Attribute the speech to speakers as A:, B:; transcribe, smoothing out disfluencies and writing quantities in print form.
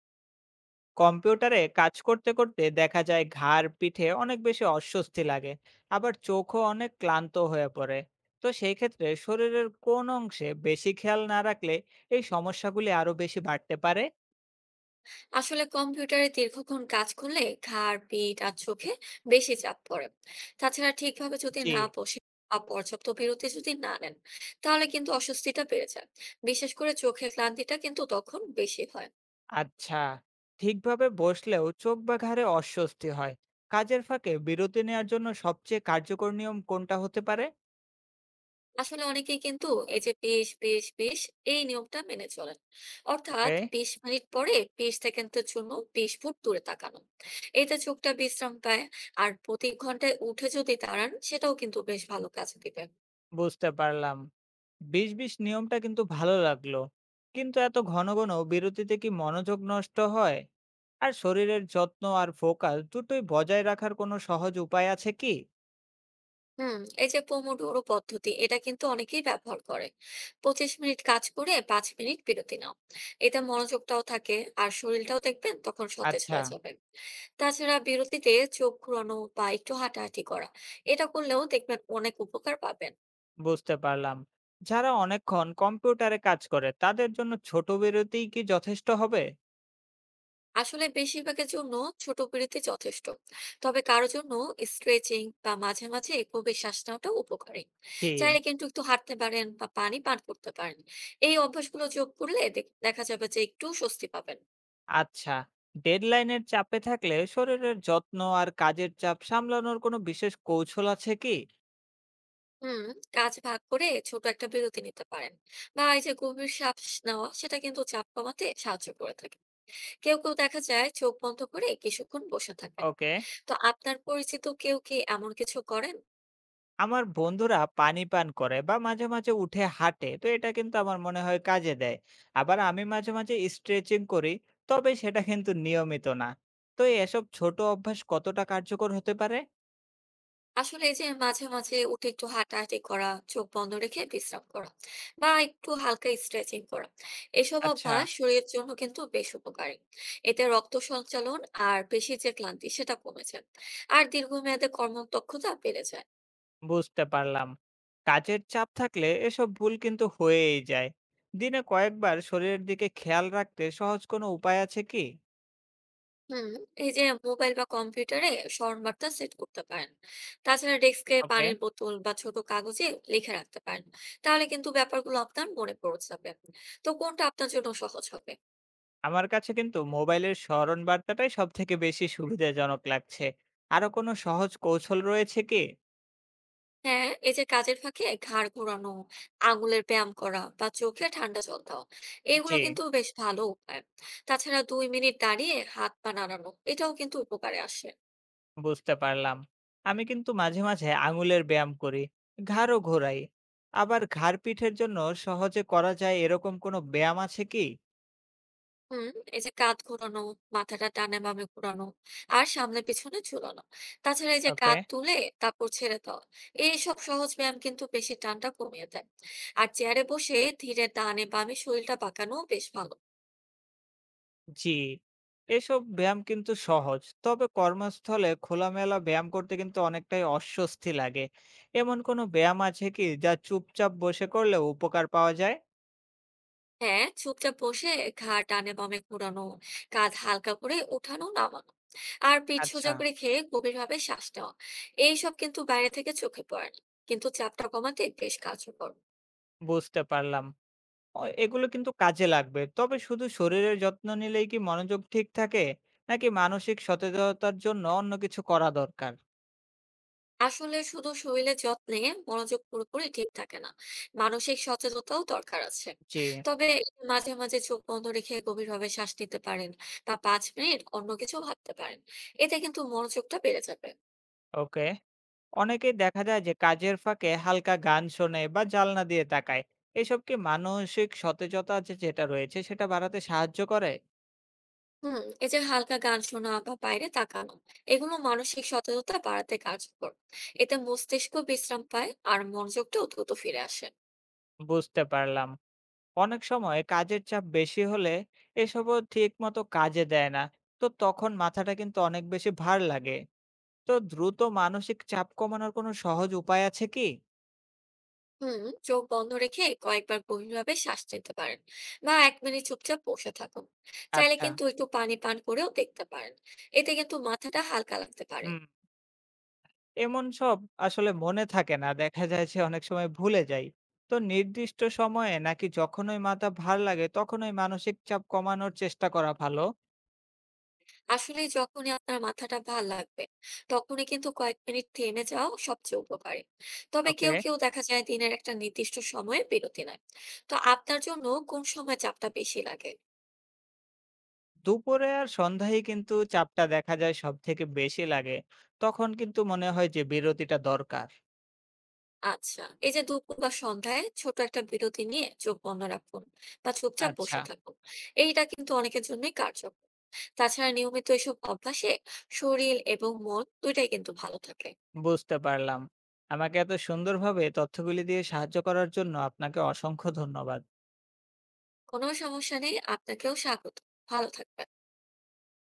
A: কম্পিউটারে কাজ করতে করতে দেখা যায় ঘাড় পিঠে অনেক বেশি অস্বস্তি লাগে। আবার চোখও অনেক ক্লান্ত হয়ে পড়ে। তো সেই ক্ষেত্রে শরীরের কোন অংশে বেশি খেয়াল না রাখলে এই সমস্যাগুলি আরো বেশি বাড়তে পারে।
B: আসলে কম্পিউটারে দীর্ঘক্ষণ কাজ করলে ঘাড়, পিঠ আর চোখে বেশি চাপ পড়ে। তাছাড়া ঠিকভাবে যদি
A: জি।
B: না বসে বা পর্যাপ্ত বিরতি যদি না নেন, তাহলে কিন্তু অস্বস্তিটা বেড়ে যায়। বিশেষ করে চোখের ক্লান্তিটা কিন্তু তখন বেশি হয়।
A: আচ্ছা, ঠিকভাবে বসলেও চোখ বা ঘাড়ে অস্বস্তি হয়। কাজের ফাঁকে বিরতি নেওয়ার জন্য সবচেয়ে কার্যকর নিয়ম কোনটা হতে পারে?
B: আসলে অনেকেই কিন্তু এই যে বিশ বিশ বিশ, এই নিয়মটা মেনে চলেন।
A: ওকে,
B: অর্থাৎ 20 মিনিট পরে 20 সেকেন্ডের জন্য 20 ফুট দূরে তাকানো। এতে চোখটা বিশ্রাম পায়। আর প্রতি ঘন্টায় উঠে যদি দাঁড়ান, সেটাও কিন্তু বেশ ভালো কাজ দিবে।
A: বুঝতে পারলাম। ২০-২০ নিয়মটা কিন্তু ভালো লাগলো। কিন্তু এত ঘন বিরতিতে কি মনোযোগ নষ্ট হয়? আর শরীরের যত্ন আর ফোকাস দুটোই বজায় রাখার কোনো সহজ উপায় আছে কি?
B: হুম, এই যে পোমোডোরো পদ্ধতি, এটা কিন্তু অনেকেই ব্যবহার করে। 25 মিনিট কাজ করে 5 মিনিট বিরতি নাও। এতে মনোযোগটাও থাকে, আর শরীরটাও দেখবেন তখন সতেজ
A: আচ্ছা,
B: হয়ে যাবে। তাছাড়া বিরতিতে চোখ ঘোরানো বা একটু হাঁটাহাঁটি করা, এটা করলেও দেখবেন অনেক উপকার পাবেন।
A: বুঝতে পারলাম। যারা অনেকক্ষণ কম্পিউটারে কাজ করে তাদের জন্য ছোট বিরতিই কি যথেষ্ট হবে?
B: আসলে বেশিরভাগের জন্য ছোট বিরতি যথেষ্ট। তবে কারো জন্য স্ট্রেচিং বা মাঝে মাঝে গভীর শ্বাস নেওয়াটা উপকারী।
A: জি।
B: চাইলে কিন্তু একটু হাঁটতে পারেন বা পানি পান করতে পারেন। এই অভ্যাসগুলো যোগ করলে দেখা যাবে যে একটু স্বস্তি পাবেন।
A: আচ্ছা। ডেডলাইনের চাপে থাকলে শরীরের যত্ন আর কাজের চাপ সামলানোর কোনো বিশেষ কৌশল আছে কি?
B: হুম, কাজ ভাগ করে ছোট একটা বিরতি নিতে পারেন। বা এই যে গভীর শ্বাস নেওয়া, সেটা কিন্তু চাপ কমাতে সাহায্য করে থাকে। কেউ কেউ দেখা যায় চোখ বন্ধ করে কিছুক্ষণ বসে থাকেন।
A: ওকে।
B: তো আপনার পরিচিত কেউ কি এমন কিছু করেন?
A: আমার বন্ধুরা পানি পান করে বা মাঝে মাঝে উঠে হাঁটে, তো এটা কিন্তু আমার মনে হয় কাজে দেয়। আবার আমি মাঝে মাঝে স্ট্রেচিং করি, তবে সেটা কিন্তু নিয়মিত না। তো এসব ছোট অভ্যাস কতটা কার্যকর হতে পারে?
B: আসলে এই যে মাঝে মাঝে উঠে একটু হাঁটাহাঁটি করা, চোখ বন্ধ রেখে বিশ্রাম করা বা একটু হালকা স্ট্রেচিং করা, এসব
A: আচ্ছা,
B: অভ্যাস শরীরের জন্য কিন্তু বেশ উপকারী। এতে রক্ত সঞ্চালন আর পেশির যে ক্লান্তি, সেটা কমে যায়। আর দীর্ঘমেয়াদে কর্মদক্ষতা বেড়ে যায়।
A: বুঝতে পারলাম। কাজের চাপ থাকলে এসব ভুল কিন্তু হয়েই যায়। দিনে কয়েকবার শরীরের দিকে খেয়াল রাখতে সহজ কোনো উপায় আছে কি?
B: হুম, এই যে মোবাইল বা কম্পিউটারে স্মরণ বার্তা সেট করতে পারেন। তাছাড়া ডেস্কে
A: ওকে।
B: পানির বোতল বা ছোট কাগজে লিখে রাখতে পারেন। তাহলে কিন্তু ব্যাপারগুলো আপনার মনে পড়ে যাবে। তো কোনটা আপনার জন্য সহজ হবে?
A: আমার কাছে কিন্তু মোবাইলের স্মরণ বার্তাটাই সব থেকে বেশি সুবিধাজনক লাগছে। আরো কোনো সহজ কৌশল রয়েছে কি?
B: হ্যাঁ, এই যে কাজের ফাঁকে ঘাড় ঘোরানো, আঙুলের ব্যায়াম করা বা চোখে ঠান্ডা জল দাও, এগুলো
A: জি।
B: কিন্তু বেশ ভালো উপায়। তাছাড়া 2 মিনিট দাঁড়িয়ে হাত পা নাড়ানো, এটাও কিন্তু উপকারে আসে।
A: বুঝতে পারলাম। আমি কিন্তু মাঝে মাঝে আঙুলের ব্যায়াম করি, ঘাড়ও ঘোরাই। আবার ঘাড় পিঠের জন্য সহজে করা যায় এরকম কোনো ব্যায়াম আছে কি?
B: হুম, এই যে কাঁধ ঘোরানো, মাথাটা ডানে বামে ঘোরানো আর সামনে পিছনে ঝুলানো। তাছাড়া এই যে
A: ওকে।
B: কাঁধ তুলে তারপর ছেড়ে দেওয়া, এইসব সহজ ব্যায়াম কিন্তু বেশি টানটা কমিয়ে দেয়। আর চেয়ারে বসে ধীরে ডানে বামে শরীরটা বাঁকানো বেশ ভালো।
A: জি। এসব ব্যায়াম কিন্তু সহজ। তবে কর্মস্থলে খোলামেলা ব্যায়াম করতে কিন্তু অনেকটাই অস্বস্তি লাগে। এমন কোনো ব্যায়াম আছে কি যা চুপচাপ বসে করলেও উপকার পাওয়া যায়?
B: হ্যাঁ, চুপচাপ বসে ঘাড় ডানে বামে ঘোরানো, কাঁধ হালকা করে উঠানো নামানো আর পিঠ
A: আচ্ছা,
B: সোজা রেখে গভীরভাবে শ্বাস নেওয়া, এইসব কিন্তু বাইরে থেকে চোখে পড়ে না, কিন্তু চাপটা কমাতে বেশ কার্যকর।
A: বুঝতে পারলাম। এগুলো কিন্তু কাজে লাগবে। তবে শুধু শরীরের যত্ন নিলেই কি মনোযোগ ঠিক থাকে? নাকি মানসিক সতেজতার জন্য অন্য কিছু করা দরকার?
B: আসলে শুধু শরীরের যত্নে মনোযোগ পুরোপুরি ঠিক থাকে না, মানসিক সচেতনতাও দরকার আছে।
A: জি।
B: তবে মাঝে মাঝে চোখ বন্ধ রেখে গভীরভাবে শ্বাস নিতে পারেন, বা 5 মিনিট অন্য কিছু ভাবতে পারেন। এতে কিন্তু মনোযোগটা বেড়ে যাবে।
A: ওকে। অনেকেই দেখা যায় যে কাজের ফাঁকে হালকা গান শোনে বা জানলা দিয়ে তাকায়। এসব কি মানসিক সতেজতা যে যেটা রয়েছে সেটা বাড়াতে সাহায্য করে?
B: হুম, এই যে হালকা গান শোনা বা বাইরে তাকানো, এগুলো মানসিক সচেতনতা বাড়াতে কার্যকর। এতে মস্তিষ্ক বিশ্রাম পায় আর মনোযোগটাও দ্রুত ফিরে আসে।
A: বুঝতে পারলাম। অনেক সময় কাজের চাপ বেশি হলে এসবও ঠিক মতো কাজে দেয় না। তো তখন মাথাটা কিন্তু অনেক বেশি ভার লাগে। তো দ্রুত মানসিক চাপ কমানোর কোনো সহজ উপায় আছে কি?
B: হুম, চোখ বন্ধ রেখে কয়েকবার গভীরভাবে শ্বাস নিতে পারেন, বা 1 মিনিট চুপচাপ বসে থাকুন। চাইলে
A: আচ্ছা।
B: কিন্তু একটু পানি পান করেও দেখতে পারেন। এতে কিন্তু মাথাটা হালকা লাগতে পারে।
A: হুম। এমন সব, আসলে মনে থাকে না, দেখা যায় যে অনেক সময় ভুলে যাই। তো নির্দিষ্ট সময়ে নাকি যখনই মাথা ভার লাগে তখনই মানসিক চাপ কমানোর চেষ্টা করা ভালো?
B: আসলে যখনই আপনার মাথাটা ভাল লাগবে, তখনই কিন্তু কয়েক মিনিট থেমে যাওয়া সবচেয়ে উপকারী। তবে
A: ওকে।
B: কেউ কেউ দেখা যায় দিনের একটা নির্দিষ্ট সময়ে বিরতি নেয়। তো আপনার জন্য কোন সময় চাপটা বেশি লাগে?
A: দুপুরে আর সন্ধ্যায় কিন্তু চাপটা দেখা যায় সব থেকে বেশি লাগে। তখন কিন্তু মনে হয় যে বিরতিটা দরকার।
B: আচ্ছা, এই যে দুপুর বা সন্ধ্যায় ছোট একটা বিরতি নিয়ে চোখ বন্ধ রাখুন বা চুপচাপ
A: আচ্ছা,
B: বসে থাকুন। এইটা কিন্তু অনেকের জন্যই কার্যকর। তাছাড়া নিয়মিত এসব অভ্যাসে শরীর এবং মন দুইটাই কিন্তু ভালো থাকে।
A: বুঝতে পারলাম। আমাকে এত সুন্দরভাবে তথ্যগুলি দিয়ে সাহায্য করার জন্য আপনাকে অসংখ্য ধন্যবাদ।
B: কোনো সমস্যা নেই, আপনাকেও স্বাগত। ভালো থাকবেন।